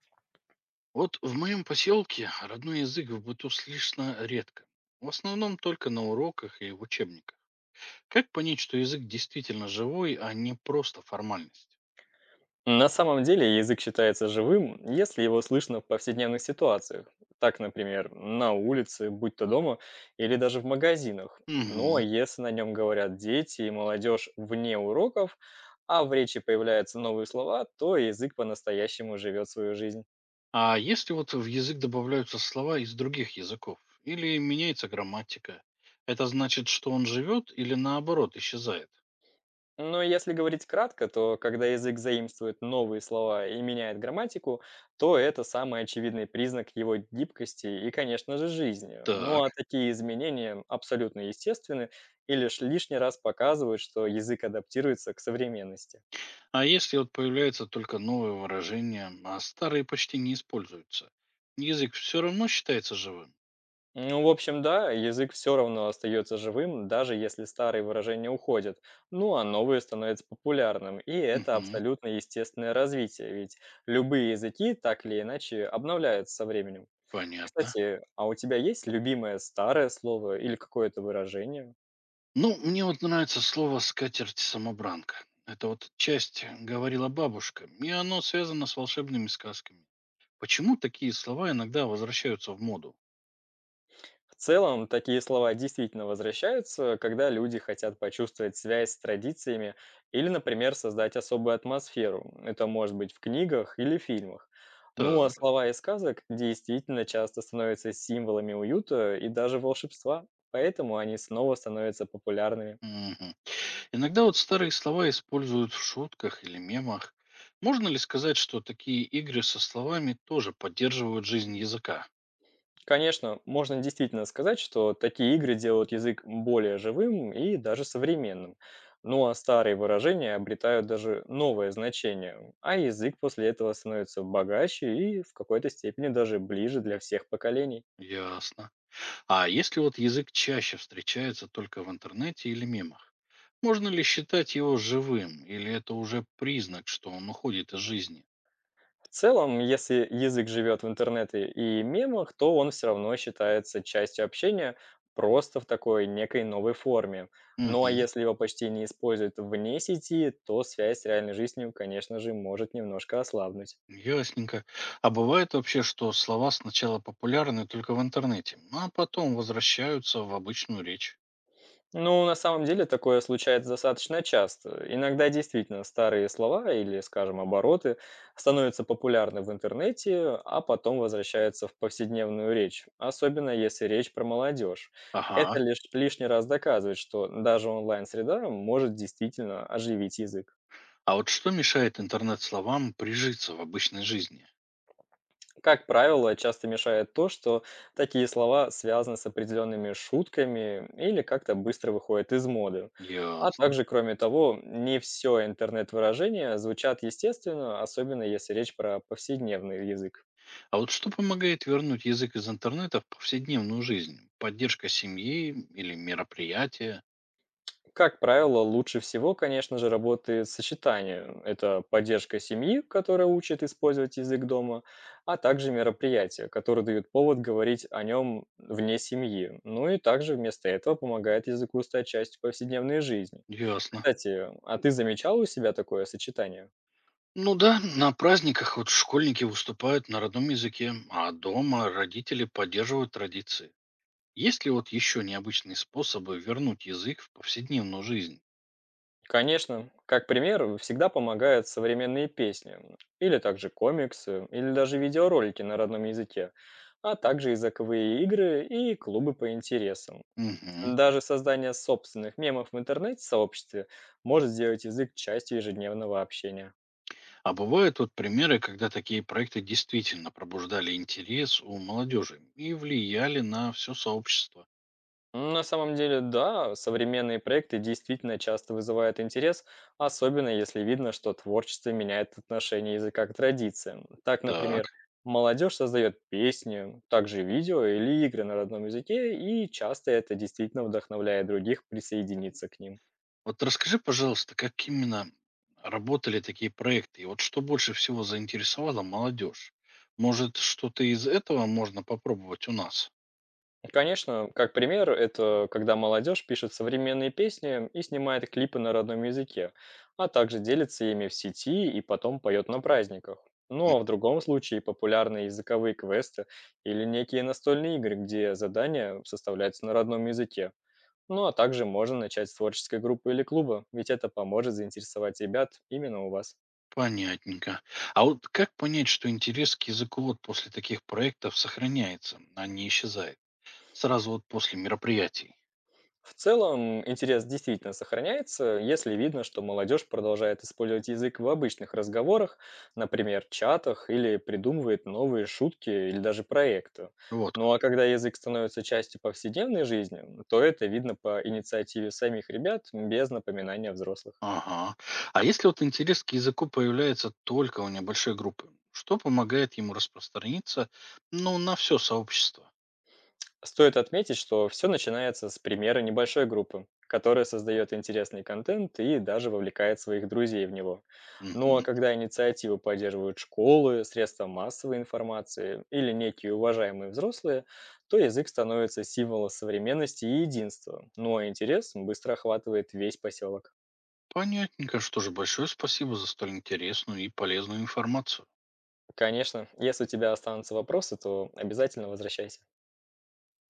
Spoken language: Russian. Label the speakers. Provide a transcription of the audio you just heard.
Speaker 1: Вот в моем поселке родной язык в быту слышно редко. В основном только на уроках и в учебниках. Как понять, что язык действительно живой, а не просто формальность?
Speaker 2: На самом деле язык считается живым, если его слышно в повседневных ситуациях. Так, например, на улице, будь то дома или даже в магазинах. Ну
Speaker 1: Мгм.
Speaker 2: а если на нем говорят дети и молодежь вне уроков, а в речи появляются новые слова, то язык по-настоящему живет свою жизнь.
Speaker 1: А если вот в язык добавляются слова из других языков или меняется грамматика, это значит, что он живет или наоборот исчезает?
Speaker 2: Но если говорить кратко, то когда язык заимствует новые слова и меняет грамматику, то это самый очевидный признак его гибкости и, конечно же, жизни. Ну
Speaker 1: Так.
Speaker 2: а такие изменения абсолютно естественны и лишь лишний раз показывают, что язык адаптируется к современности.
Speaker 1: А если вот появляются только новые выражения, а старые почти не используются, язык все равно считается живым?
Speaker 2: Ну, в общем, да, язык все равно остается живым, даже если старые выражения уходят. Ну, а новые становятся популярным. И это
Speaker 1: Угу.
Speaker 2: абсолютно естественное развитие, ведь любые языки так или иначе обновляются со временем.
Speaker 1: Понятно.
Speaker 2: Кстати, а у тебя есть любимое старое слово или какое-то выражение?
Speaker 1: Ну, мне вот нравится слово «скатерть-самобранка». Это вот часть говорила бабушка, и оно связано с волшебными сказками. Почему такие слова иногда возвращаются в моду?
Speaker 2: В целом, такие слова действительно возвращаются, когда люди хотят почувствовать связь с традициями или, например, создать особую атмосферу. Это может быть в книгах или фильмах. Ну а
Speaker 1: Так.
Speaker 2: слова из сказок действительно часто становятся символами уюта и даже волшебства, поэтому они снова становятся популярными.
Speaker 1: Мгм. Иногда вот старые слова используют в шутках или мемах. Можно ли сказать, что такие игры со словами тоже поддерживают жизнь языка?
Speaker 2: Конечно, можно действительно сказать, что такие игры делают язык более живым и даже современным. Ну а старые выражения обретают даже новое значение, а язык после этого становится богаче и в какой-то степени даже ближе для всех поколений.
Speaker 1: Ясно. А если вот язык чаще встречается только в интернете или мемах, можно ли считать его живым, или это уже признак, что он уходит из жизни?
Speaker 2: В целом, если язык живет в интернете и мемах, то он все равно считается частью общения просто в такой некой новой форме. Ну а
Speaker 1: Мгм.
Speaker 2: если его почти не используют вне сети, то связь с реальной жизнью, конечно же, может немножко ослабнуть.
Speaker 1: Ясненько. А бывает вообще, что слова сначала популярны только в интернете, ну, а потом возвращаются в обычную речь.
Speaker 2: Ну, на самом деле такое случается достаточно часто. Иногда действительно старые слова или, скажем, обороты становятся популярны в интернете, а потом возвращаются в повседневную речь, особенно если речь про молодежь. Это
Speaker 1: Ага.
Speaker 2: лишь лишний раз доказывает, что даже онлайн-среда может действительно оживить язык.
Speaker 1: А вот что мешает интернет-словам прижиться в обычной жизни?
Speaker 2: Как правило, часто мешает то, что такие слова связаны с определенными шутками или как-то быстро выходят из моды. А
Speaker 1: Ясно.
Speaker 2: также, кроме того, не все интернет-выражения звучат естественно, особенно если речь про повседневный язык.
Speaker 1: А вот что помогает вернуть язык из интернета в повседневную жизнь? Поддержка семьи или мероприятия?
Speaker 2: Как правило, лучше всего, конечно же, работает сочетание. Это поддержка семьи, которая учит использовать язык дома, а также мероприятия, которые дают повод говорить о нем вне семьи. Ну и также вместо этого помогает языку стать частью повседневной жизни.
Speaker 1: Ясно.
Speaker 2: Кстати, а ты замечал у себя такое сочетание?
Speaker 1: Ну да, на праздниках вот школьники выступают на родном языке, а дома родители поддерживают традиции. Есть ли вот еще необычные способы вернуть язык в повседневную жизнь?
Speaker 2: Конечно, как пример всегда помогают современные песни, или также комиксы, или даже видеоролики на родном языке, а также языковые игры и клубы по интересам.
Speaker 1: Мгм.
Speaker 2: Даже создание собственных мемов в интернете-сообществе может сделать язык частью ежедневного общения.
Speaker 1: А бывают вот примеры, когда такие проекты действительно пробуждали интерес у молодежи и влияли на все сообщество.
Speaker 2: На самом деле, да, современные проекты действительно часто вызывают интерес, особенно если видно, что творчество меняет отношение языка к традициям. Так,
Speaker 1: Так.
Speaker 2: например, молодежь создает песни, также видео или игры на родном языке, и часто это действительно вдохновляет других присоединиться к ним.
Speaker 1: Вот расскажи, пожалуйста, как именно работали такие проекты? И вот что больше всего заинтересовало молодежь? Может, что-то из этого можно попробовать у нас?
Speaker 2: Конечно, как пример, это когда молодежь пишет современные песни и снимает клипы на родном языке, а также делится ими в сети и потом поет на праздниках.
Speaker 1: М.
Speaker 2: Ну а в другом случае популярные языковые квесты или некие настольные игры, где задания составляются на родном языке. Ну а также можно начать с творческой группы или клуба, ведь это поможет заинтересовать ребят именно у вас.
Speaker 1: Понятненько. А вот как понять, что интерес к языку вот после таких проектов сохраняется, а не исчезает? Сразу вот после мероприятий.
Speaker 2: В целом, интерес действительно сохраняется, если видно, что молодежь продолжает использовать язык в обычных разговорах, например, чатах, или придумывает новые шутки или даже проекты.
Speaker 1: Вот. к-
Speaker 2: Ну а когда язык становится частью повседневной жизни, то это видно по инициативе самих ребят без напоминания взрослых.
Speaker 1: Ага. А если вот интерес к языку появляется только у небольшой группы, что помогает ему распространиться, ну, на все сообщество?
Speaker 2: Стоит отметить, что все начинается с примера небольшой группы, которая создает интересный контент и даже вовлекает своих друзей в него. Но когда инициативу поддерживают школы, средства массовой информации или некие уважаемые взрослые, то язык становится символом современности и единства, но интерес быстро охватывает весь поселок.
Speaker 1: Понятненько, что же, большое спасибо за столь интересную и полезную информацию.
Speaker 2: Конечно, если у тебя останутся вопросы, то обязательно возвращайся.